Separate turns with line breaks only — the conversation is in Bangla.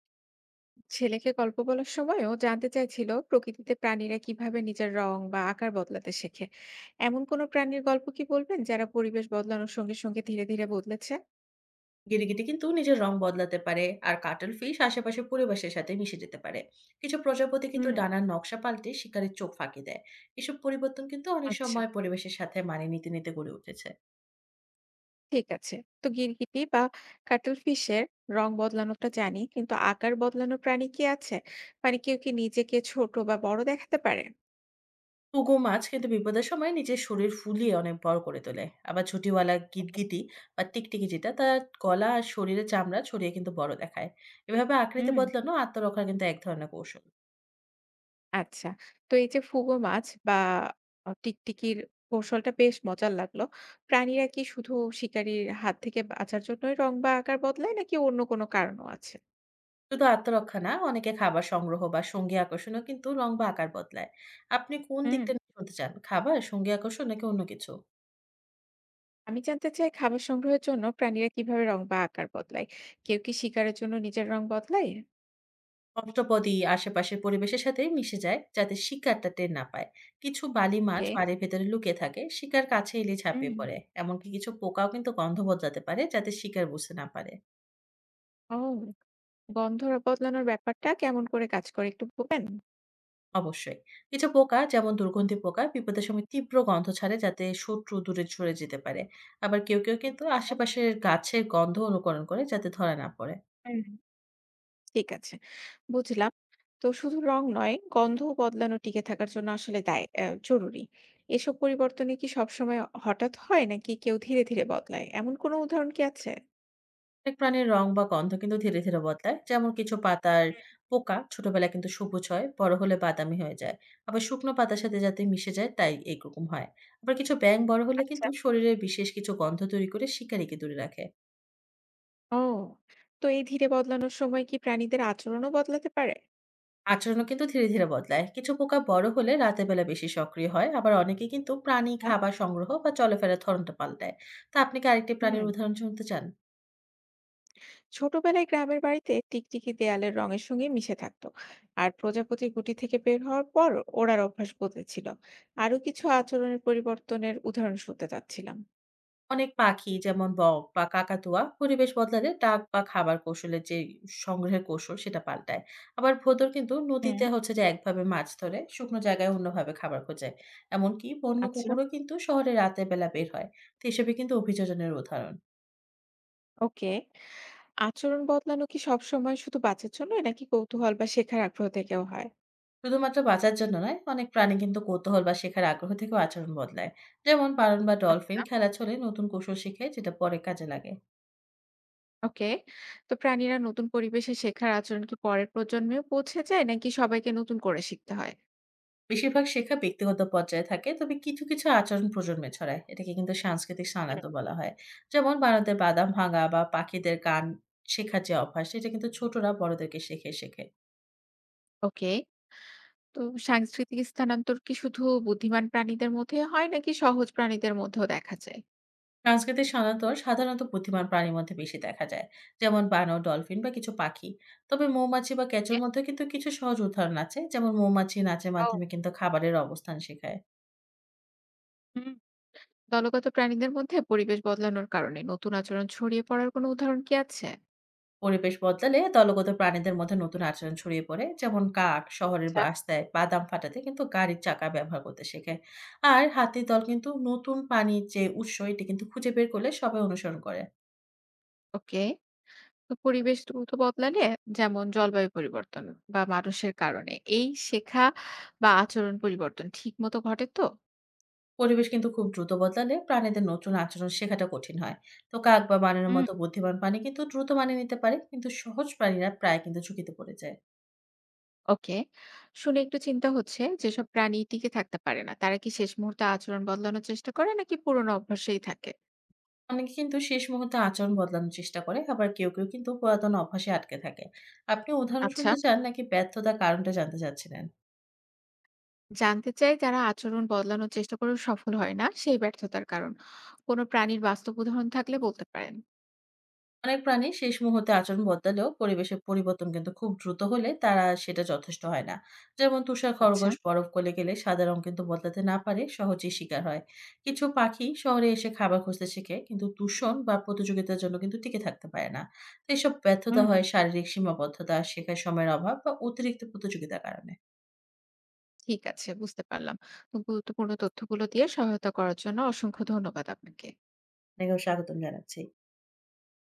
ছেলেকে গল্প বলার সময় ও জানতে চাইছিল প্রকৃতিতে প্রাণীরা কিভাবে নিজের রং বা আকার বদলাতে শেখে। এমন কোনো প্রাণীর গল্প কি বলবেন যারা পরিবেশ বদলানোর সঙ্গে সঙ্গে ধীরে ধীরে বদলেছে?
গিরগিটি কিন্তু নিজের রং বদলাতে পারে আর কাটল ফিশ আশেপাশের পরিবেশের সাথে মিশে যেতে পারে। কিছু প্রজাপতি কিন্তু
হুম।
ডানার নকশা পাল্টে শিকারের চোখ ফাঁকি দেয়। এসব পরিবর্তন কিন্তু অনেক
আচ্ছা।
সময় পরিবেশের সাথে মানিয়ে নিতে নিতে গড়ে উঠেছে।
ঠিক আছে। তো গিরগিটি বা কাটলফিশের রং বদলানোটা জানি, কিন্তু আকার বদলানো প্রাণী কি আছে? মানে কেউ কি নিজেকে ছোট বা বড় দেখাতে পারে?
পুগো মাছ কিন্তু বিপদের সময় নিজের শরীর ফুলিয়ে অনেক বড় করে তোলে। আবার ঝুঁটিওয়ালা
ওকে।
গিরগিটি বা টিকটিকি যেটা তার গলা আর শরীরে চামড়া ছড়িয়ে কিন্তু বড় দেখায়। এভাবে আকৃতি
হুম।
বদলানো আত্মরক্ষার কিন্তু এক ধরনের কৌশল।
আচ্ছা। তো এই যে ফুগো মাছ বা টিকটিকির কৌশলটা বেশ মজার লাগলো। প্রাণীরা কি শুধু শিকারীর হাত থেকে বাঁচার জন্যই রং বা আকার বদলায় নাকি অন্য কোনো কারণও আছে?
শুধু আত্মরক্ষা না, অনেকে খাবার সংগ্রহ বা সঙ্গী আকর্ষণও কিন্তু রং বা আকার বদলায়। আপনি কোন
হুম।
দিকটা নিয়ে শুনতে চান? খাবার, সঙ্গী আকর্ষণ নাকি অন্য কিছু?
আমি জানতে চাই, খাবার সংগ্রহের জন্য প্রাণীরা কিভাবে রং বা আকার বদলায়? কেউ কি শিকারের জন্য নিজের রং বদলায়?
অষ্টপদী আশেপাশের পরিবেশের সাথে মিশে যায় যাতে শিকারটা টের না পায়। কিছু বালি মাছ
ওকে।
বাড়ির ভেতরে লুকিয়ে থাকে, শিকার কাছে এলে
হুম।
ঝাঁপিয়ে পড়ে। এমনকি কিছু পোকাও কিন্তু গন্ধ বদলাতে পারে যাতে শিকার বুঝতে না পারে।
ও, গন্ধ বদলানোর ব্যাপারটা কেমন করে কাজ করে একটু বলবেন?
অবশ্যই। কিছু পোকা যেমন দুর্গন্ধি পোকা বিপদের সময় তীব্র গন্ধ ছাড়ে যাতে শত্রু দূরে সরে যেতে পারে। আবার কেউ কিন্তু
আচ্ছা।
আশেপাশের গাছের গন্ধ অনুকরণ করে যাতে ধরা না পড়ে।
হুম। ঠিক আছে। বুঝলাম। তো শুধু রং নয়, গন্ধও বদলানো টিকে থাকার জন্য আসলে দায় অ্যা জরুরি। এসব পরিবর্তনে কি সবসময় হঠাৎ হয় নাকি কেউ ধীরে বদলায়? এমন কোনো উদাহরণ কি আছে?
অনেক প্রাণীর রং বা গন্ধ কিন্তু ধীরে, ধীরে বদলায়। যেমন কিছু পাতার
হুম,
পোকা ছোটবেলায় কিন্তু সবুজ হয়, বড় হলে বাদামি হয়ে যায়। আবার শুকনো পাতার সাথে যাতে মিশে যায় তাই এইরকম হয়। আবার কিছু ব্যাঙ বড় হলে
আচ্ছা।
কিন্তু শরীরের বিশেষ কিছু গন্ধ তৈরি করে শিকারীকে দূরে রাখে।
ও! তো এই ধীরে বদলানোর সময় কি প্রাণীদের আচরণও বদলাতে পারে?
আচরণও কিন্তু ধীরে, ধীরে বদলায়। কিছু পোকা বড় হলে রাতের বেলা বেশি সক্রিয় হয়। আবার অনেকে কিন্তু প্রাণী,
আচ্ছা।
খাবার সংগ্রহ বা চলাফেরার ধরনটা পাল্টায়। তো আপনি কি আরেকটি প্রাণীর
হুম।
উদাহরণ শুনতে চান?
ছোটবেলায় গ্রামের বাড়িতে টিকটিকি দেয়ালের রঙের সঙ্গে মিশে থাকত। আর প্রজাপতির গুটি থেকে বের হওয়ার পর ওড়ার অভ্যাস বদলেছিল। আরো কিছু আচরণের পরিবর্তনের উদাহরণ শুনতে চাচ্ছিলাম।
অনেক পাখি যেমন বক বা কাকাতুয়া পরিবেশ বদলালে ডাক বা খাবার কৌশলের যে সংগ্রহের কৌশল সেটা পাল্টায়। আবার ভোঁদর কিন্তু নদীতে
হুম,
হচ্ছে যে একভাবে মাছ ধরে, শুকনো জায়গায় অন্যভাবে খাবার খোঁজে। এমনকি বন্য
আচ্ছা।
কুকুরও কিন্তু শহরে রাতের বেলা বের হয়। তো এসবই কিন্তু অভিযোজনের উদাহরণ।
ওকে। আচরণ বদলানো কি সবসময় শুধু বাচ্চার জন্য নাকি কৌতূহল বা শেখার আগ্রহ থেকেও হয়?
শুধুমাত্র বাঁচার জন্য নয়, অনেক প্রাণী কিন্তু কৌতূহল বা শেখার আগ্রহ থেকেও আচরণ বদলায়। যেমন বারন বা ডলফিন
আচ্ছা,
খেলা ছলে নতুন কৌশল শিখে যেটা পরে কাজে লাগে।
ওকে। তো প্রাণীরা নতুন পরিবেশে শেখার আচরণ কি পরের প্রজন্মেও পৌঁছে যায় নাকি সবাইকে নতুন করে শিখতে হয়?
বেশিরভাগ শেখা ব্যক্তিগত পর্যায়ে থাকে, তবে কিছু আচরণ প্রজন্মে ছড়ায়। এটাকে কিন্তু সাংস্কৃতিক
হুম।
স্থানান্তর বলা হয়। যেমন বানরদের বাদাম ভাঙা বা পাখিদের গান শেখার যে অভ্যাস, সেটা কিন্তু ছোটরা বড়দেরকে শিখিয়ে শেখে।
ওকে। তো সাংস্কৃতিক স্থানান্তর কি শুধু বুদ্ধিমান প্রাণীদের মধ্যে হয় নাকি সহজ প্রাণীদের মধ্যেও দেখা যায়?
সাংস্কৃতিক স্থানান্তর সাধারণত বুদ্ধিমান প্রাণীর মধ্যে বেশি দেখা যায়, যেমন বানর, ডলফিন বা কিছু পাখি। তবে মৌমাছি বা কেঁচোর
এ
মধ্যে কিন্তু কিছু সহজ উদাহরণ আছে, যেমন মৌমাছি নাচের
ও।
মাধ্যমে কিন্তু খাবারের অবস্থান শেখায়।
হুম। দলগত প্রাণীদের মধ্যে পরিবেশ বদলানোর কারণে নতুন আচরণ ছড়িয়ে পড়ার কোনো উদাহরণ কি আছে?
পরিবেশ বদলালে দলগত প্রাণীদের মধ্যে নতুন আচরণ ছড়িয়ে পড়ে, যেমন কাক শহরের
আচ্ছা।
রাস্তায় বাদাম ফাটাতে কিন্তু গাড়ির চাকা ব্যবহার করতে শেখে। আর হাতির দল কিন্তু নতুন পানির যে উৎস এটি কিন্তু খুঁজে বের করলে সবাই অনুসরণ করে।
ওকে। তো পরিবেশ দ্রুত বদলালে, যেমন জলবায়ু পরিবর্তন বা মানুষের কারণে, এই শেখা বা আচরণ পরিবর্তন ঠিক মতো ঘটে তো?
পরিবেশ কিন্তু খুব দ্রুত বদলালে প্রাণীদের নতুন আচরণ শেখাটা কঠিন হয়। তো কাক বা বানরের
হুম।
মতো বুদ্ধিমান প্রাণী কিন্তু দ্রুত মানিয়ে নিতে পারে, কিন্তু সহজ প্রাণীরা প্রায় কিন্তু ঝুঁকিতে পড়ে যায়।
ওকে। শুনে একটু চিন্তা হচ্ছে, যেসব প্রাণী টিকে থাকতে পারে না তারা কি শেষ মুহূর্তে আচরণ বদলানোর চেষ্টা করে নাকি পুরোনো অভ্যাসেই থাকে?
অনেকে কিন্তু শেষ মুহূর্তে আচরণ বদলানোর চেষ্টা করে, আবার কেউ কেউ কিন্তু পুরাতন অভ্যাসে আটকে থাকে। আপনি উদাহরণ
আচ্ছা,
শুনতে চান নাকি ব্যর্থতার কারণটা জানতে চাচ্ছিলেন?
জানতে চাই যারা আচরণ বদলানোর চেষ্টা করে সফল হয় না সেই ব্যর্থতার কারণ। কোনো প্রাণীর বাস্তব উদাহরণ থাকলে বলতে পারেন।
অনেক প্রাণী শেষ মুহূর্তে আচরণ বদলালেও পরিবেশের পরিবর্তন কিন্তু খুব দ্রুত হলে তারা সেটা যথেষ্ট হয় না। যেমন তুষার
আচ্ছা।
খরগোশ বরফ গলে গেলে সাদা রং কিন্তু বদলাতে না পারে সহজেই শিকার হয়। কিছু পাখি শহরে এসে খাবার খুঁজতে শেখে কিন্তু দূষণ বা প্রতিযোগিতার জন্য কিন্তু টিকে থাকতে পারে না। তো এসব ব্যর্থতা
হুম।
হয় শারীরিক সীমাবদ্ধতা, শেখার সময়ের অভাব বা অতিরিক্ত প্রতিযোগিতার কারণে।
ঠিক আছে, বুঝতে পারলাম। তো গুরুত্বপূর্ণ তথ্যগুলো দিয়ে সহায়তা করার জন্য অসংখ্য ধন্যবাদ আপনাকে।
আপনাকেও স্বাগতম জানাচ্ছি।